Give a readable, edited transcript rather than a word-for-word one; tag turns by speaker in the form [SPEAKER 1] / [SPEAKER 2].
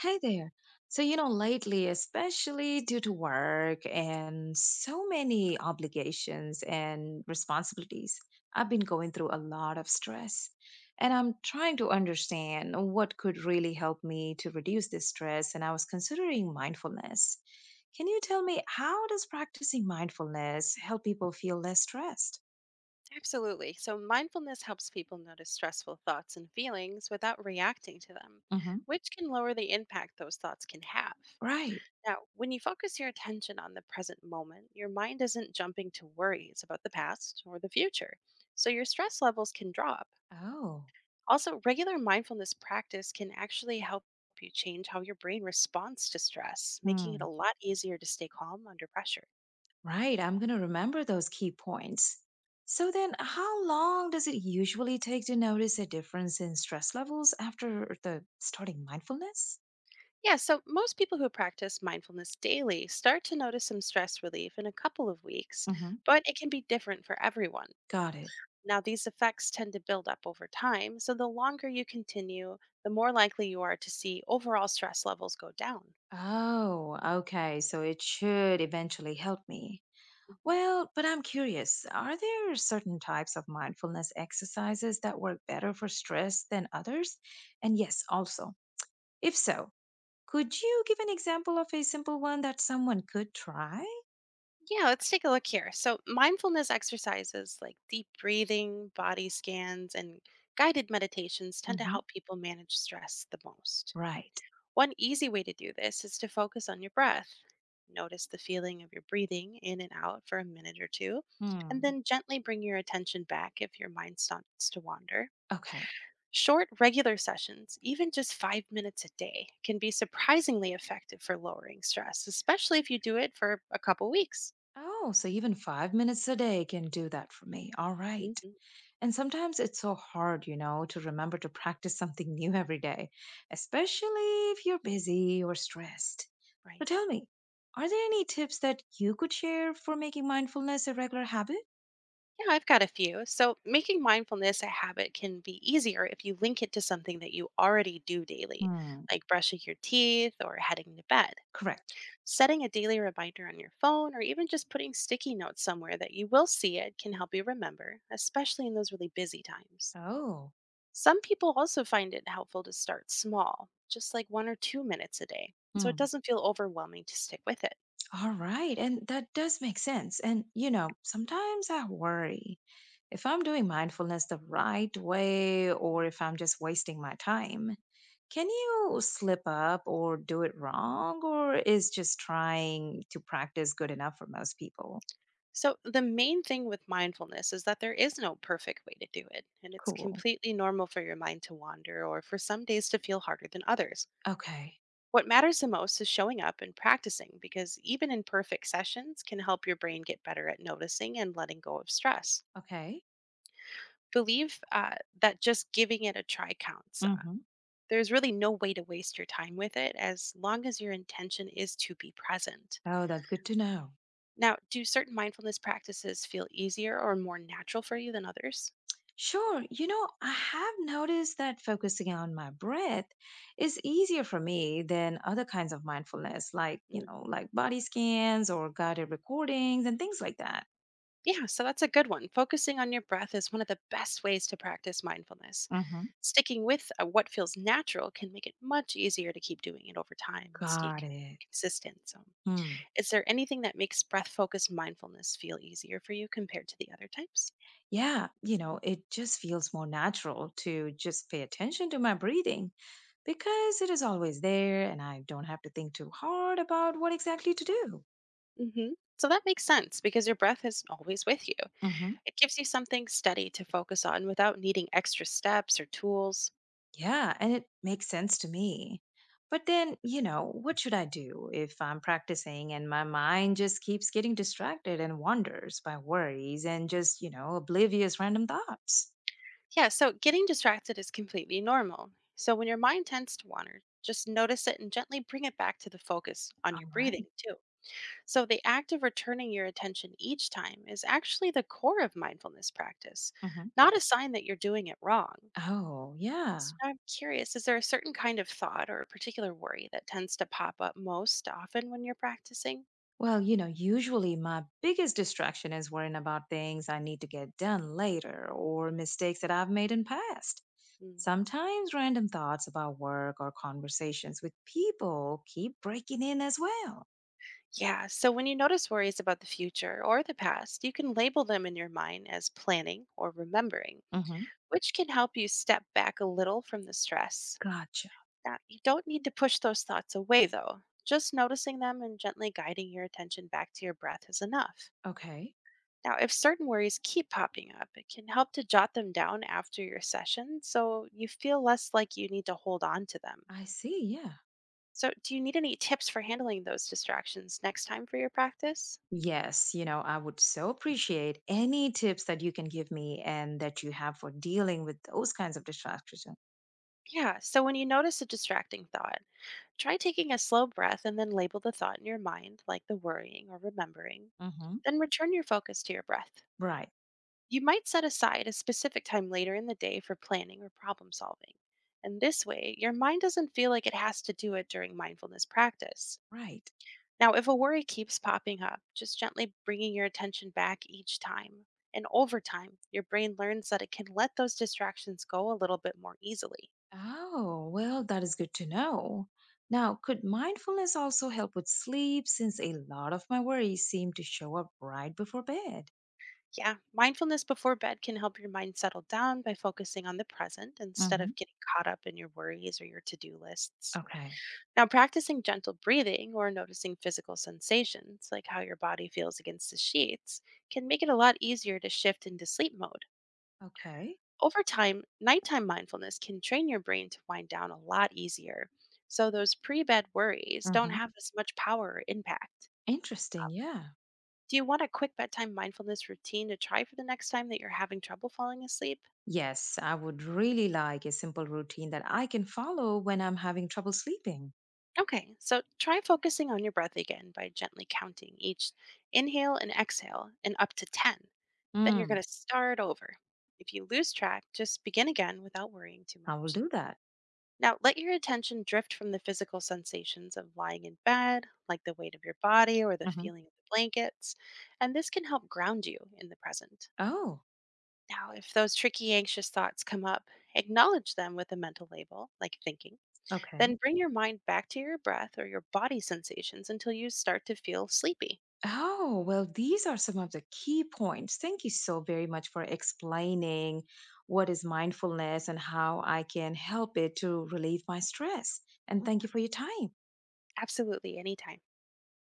[SPEAKER 1] Hi there. So, you know,
[SPEAKER 2] Right.
[SPEAKER 1] lately, especially due to work and so many obligations and responsibilities, I've been going through a lot of stress. And I'm trying to understand what could really help me to reduce this stress. And I was considering mindfulness. Can you tell me how does practicing mindfulness help people feel less stressed?
[SPEAKER 2] Absolutely. So, mindfulness helps people notice stressful thoughts and feelings without reacting to them,
[SPEAKER 1] Hmm.
[SPEAKER 2] which can lower the impact those thoughts can have.
[SPEAKER 1] Right.
[SPEAKER 2] Now, when you focus your attention on the present moment, your mind isn't jumping to worries about the past or the future. So, your stress levels can drop.
[SPEAKER 1] Oh.
[SPEAKER 2] Also, regular mindfulness practice can actually help you change how your brain responds to stress, making it a
[SPEAKER 1] Hmm.
[SPEAKER 2] lot easier to stay calm under pressure.
[SPEAKER 1] Right, I'm going to remember those key points. So then, how long does it usually take to notice a difference in stress levels after the starting mindfulness?
[SPEAKER 2] Yeah, so most people who practice mindfulness daily start to notice some stress relief in a couple of weeks,
[SPEAKER 1] Hmm.
[SPEAKER 2] but it can be different for everyone.
[SPEAKER 1] Got it.
[SPEAKER 2] Now, these effects tend to build up over time, so the longer you continue, the more likely you are to see overall stress levels go down.
[SPEAKER 1] Oh, okay. So it should eventually help me.
[SPEAKER 2] Hmm.
[SPEAKER 1] Well, but I'm curious, are there certain types of mindfulness exercises that work better for stress than others? And yes, also, if so, could you give an example of a simple one that someone could try?
[SPEAKER 2] Yeah, let's take a look here. So, mindfulness exercises like deep breathing, body scans, and guided meditations tend to
[SPEAKER 1] Hmm.
[SPEAKER 2] help people manage stress the most.
[SPEAKER 1] Right.
[SPEAKER 2] One easy way to do this is to focus on your breath. Notice the feeling of your breathing in and out for a minute or two, and
[SPEAKER 1] Hmm.
[SPEAKER 2] then gently bring your attention back if your mind starts to wander.
[SPEAKER 1] Okay.
[SPEAKER 2] Short, regular sessions, even just 5 minutes a day, can be surprisingly effective for lowering stress, especially if you do it for a couple weeks.
[SPEAKER 1] Oh, so even 5 minutes a day can do that for me. All right.
[SPEAKER 2] Hmm.
[SPEAKER 1] And sometimes it's so hard, to remember to practice something new every day, especially if you're busy or stressed. So
[SPEAKER 2] Right.
[SPEAKER 1] tell me, are there any tips that you could share for making mindfulness a regular habit?
[SPEAKER 2] Yeah, I've got a few. So, making mindfulness a habit can be easier if you link it to something that you already do daily,
[SPEAKER 1] Hmm.
[SPEAKER 2] like brushing your teeth or heading to bed.
[SPEAKER 1] Correct.
[SPEAKER 2] Setting a daily reminder on your phone or even just putting sticky notes somewhere that you will see it can help you remember, especially in those really busy times.
[SPEAKER 1] Oh.
[SPEAKER 2] Some people also find it helpful to start small, just like 1 or 2 minutes a day, so it
[SPEAKER 1] Hmm.
[SPEAKER 2] doesn't feel overwhelming to stick with it.
[SPEAKER 1] All right. And that does make sense. And sometimes I worry if I'm doing mindfulness the right way or
[SPEAKER 2] Mm.
[SPEAKER 1] if I'm just wasting my time. Can you slip up or do it wrong? Or is just trying to practice good enough for most people?
[SPEAKER 2] So, the main thing with mindfulness is that there is no perfect way to do it, and it's
[SPEAKER 1] Cool.
[SPEAKER 2] completely normal for your mind to wander or for some days to feel harder than others.
[SPEAKER 1] Okay.
[SPEAKER 2] What matters the most is showing up and practicing because even imperfect sessions can help your brain get better at noticing and letting go of stress.
[SPEAKER 1] Okay.
[SPEAKER 2] Believe that just giving it a try counts.
[SPEAKER 1] Hmm.
[SPEAKER 2] There's really no way to waste your time with it as long as your intention is to be present.
[SPEAKER 1] Oh, that's good to know.
[SPEAKER 2] Now, do certain mindfulness practices feel easier or more natural for you than others?
[SPEAKER 1] Sure. I have noticed that focusing on my breath is easier for me than other kinds of mindfulness, like, you
[SPEAKER 2] Mm.
[SPEAKER 1] know, like body scans or guided recordings and things like that.
[SPEAKER 2] Yeah, so that's a good one. Focusing on your breath is one of the best ways to practice mindfulness.
[SPEAKER 1] Hmm.
[SPEAKER 2] Sticking with what feels natural can make it much easier to keep doing it over time and stay
[SPEAKER 1] Got it.
[SPEAKER 2] consistent. So,
[SPEAKER 1] Hmm.
[SPEAKER 2] is there anything that makes breath focused mindfulness feel easier for you compared to the other types?
[SPEAKER 1] Yeah, it just feels more natural to just pay attention to my breathing because it is always there and I don't have to think too hard about what exactly to do.
[SPEAKER 2] Hmm. So, that makes sense because your breath is always with you.
[SPEAKER 1] Hmm.
[SPEAKER 2] It gives you something steady to focus on without needing extra steps or tools.
[SPEAKER 1] Yeah, and it makes sense to me. But then, what should I do if I'm practicing and my mind just keeps getting distracted and wanders by worries and just, oblivious random thoughts?
[SPEAKER 2] Yeah, so getting distracted is completely normal. So, when your mind tends to wander, just notice it and gently bring it back to the focus on your
[SPEAKER 1] All
[SPEAKER 2] breathing,
[SPEAKER 1] right.
[SPEAKER 2] too. So, the act of returning your attention each time is actually the core of mindfulness practice,
[SPEAKER 1] Mhm.
[SPEAKER 2] not a sign that you're doing it wrong.
[SPEAKER 1] Oh,
[SPEAKER 2] So,
[SPEAKER 1] yeah.
[SPEAKER 2] I'm curious, is there a certain kind of thought or a particular worry that tends to pop up most often when you're practicing?
[SPEAKER 1] Well, usually my biggest distraction is worrying about things I need to get done later or mistakes that I've made in past.
[SPEAKER 2] Mm.
[SPEAKER 1] Sometimes random thoughts about work or conversations with people keep breaking in as well.
[SPEAKER 2] Yeah, so when you notice worries about the future or the past, you can label them in your mind as planning or remembering, which can help you step back a little from the stress.
[SPEAKER 1] Gotcha.
[SPEAKER 2] Now, you don't need to push those thoughts away, though. Just noticing them and gently guiding your attention back to your breath is enough.
[SPEAKER 1] Okay.
[SPEAKER 2] Now, if certain worries keep popping up, it can help to jot them down after your session so you feel less like you need to hold on to them.
[SPEAKER 1] I see. Yeah.
[SPEAKER 2] So, do you need any tips for handling those distractions next time for your practice?
[SPEAKER 1] Yes. I would so appreciate any tips that you can give me and that you have for dealing with those kinds of distractions.
[SPEAKER 2] Yeah, so when you notice a distracting thought, try taking a slow breath and then label the thought in your mind, like the worrying or remembering.
[SPEAKER 1] Hmm.
[SPEAKER 2] Then return your focus to your breath.
[SPEAKER 1] Right.
[SPEAKER 2] You might set aside a specific time later in the day for planning or problem solving. And this way, your mind doesn't feel like it has to do it during mindfulness practice.
[SPEAKER 1] Right.
[SPEAKER 2] Now, if a worry keeps popping up, just gently bringing your attention back each time. And over time, your brain learns that it can let those distractions go a little bit more easily.
[SPEAKER 1] Oh, well, that is good to know. Now, could mindfulness also help with sleep since a lot of my worries seem to show up right before bed?
[SPEAKER 2] Yeah, mindfulness before bed can help your mind settle down by focusing on the present instead
[SPEAKER 1] Hmm.
[SPEAKER 2] of getting caught up in your worries or your to do lists.
[SPEAKER 1] Okay.
[SPEAKER 2] Now, practicing gentle breathing or noticing physical sensations, like how your body feels against the sheets, can make it a lot easier to shift into sleep mode.
[SPEAKER 1] Okay.
[SPEAKER 2] Over time, nighttime mindfulness can train your brain to wind down a lot easier, so those pre bed worries don't
[SPEAKER 1] Hmm.
[SPEAKER 2] have as much power or impact.
[SPEAKER 1] Interesting. Yeah.
[SPEAKER 2] Do you want a quick bedtime mindfulness routine to try for the next time that you're having trouble falling asleep?
[SPEAKER 1] Yes, I would really like a simple routine that I can follow when I'm having trouble sleeping.
[SPEAKER 2] Okay, so try focusing on your breath again by gently counting each inhale and exhale and up to 10. Then you're
[SPEAKER 1] Mm,
[SPEAKER 2] going to start over. If you lose track, just begin again without worrying too
[SPEAKER 1] I will
[SPEAKER 2] much.
[SPEAKER 1] do that.
[SPEAKER 2] Now, let your attention drift from the physical sensations of lying in bed, like the weight of your body or the
[SPEAKER 1] Hmm.
[SPEAKER 2] feeling of the blankets, and this can help ground you in the present.
[SPEAKER 1] Oh,
[SPEAKER 2] Now, if those tricky, anxious thoughts come up, acknowledge them with a mental label, like thinking.
[SPEAKER 1] okay.
[SPEAKER 2] Then bring your mind back to your breath or your body sensations until you start to feel sleepy.
[SPEAKER 1] Oh, well, these are some of the key points. Thank you so very much for explaining what is mindfulness and how I can help it to relieve my stress. And thank you
[SPEAKER 2] Ab-
[SPEAKER 1] for your time.
[SPEAKER 2] Absolutely, anytime.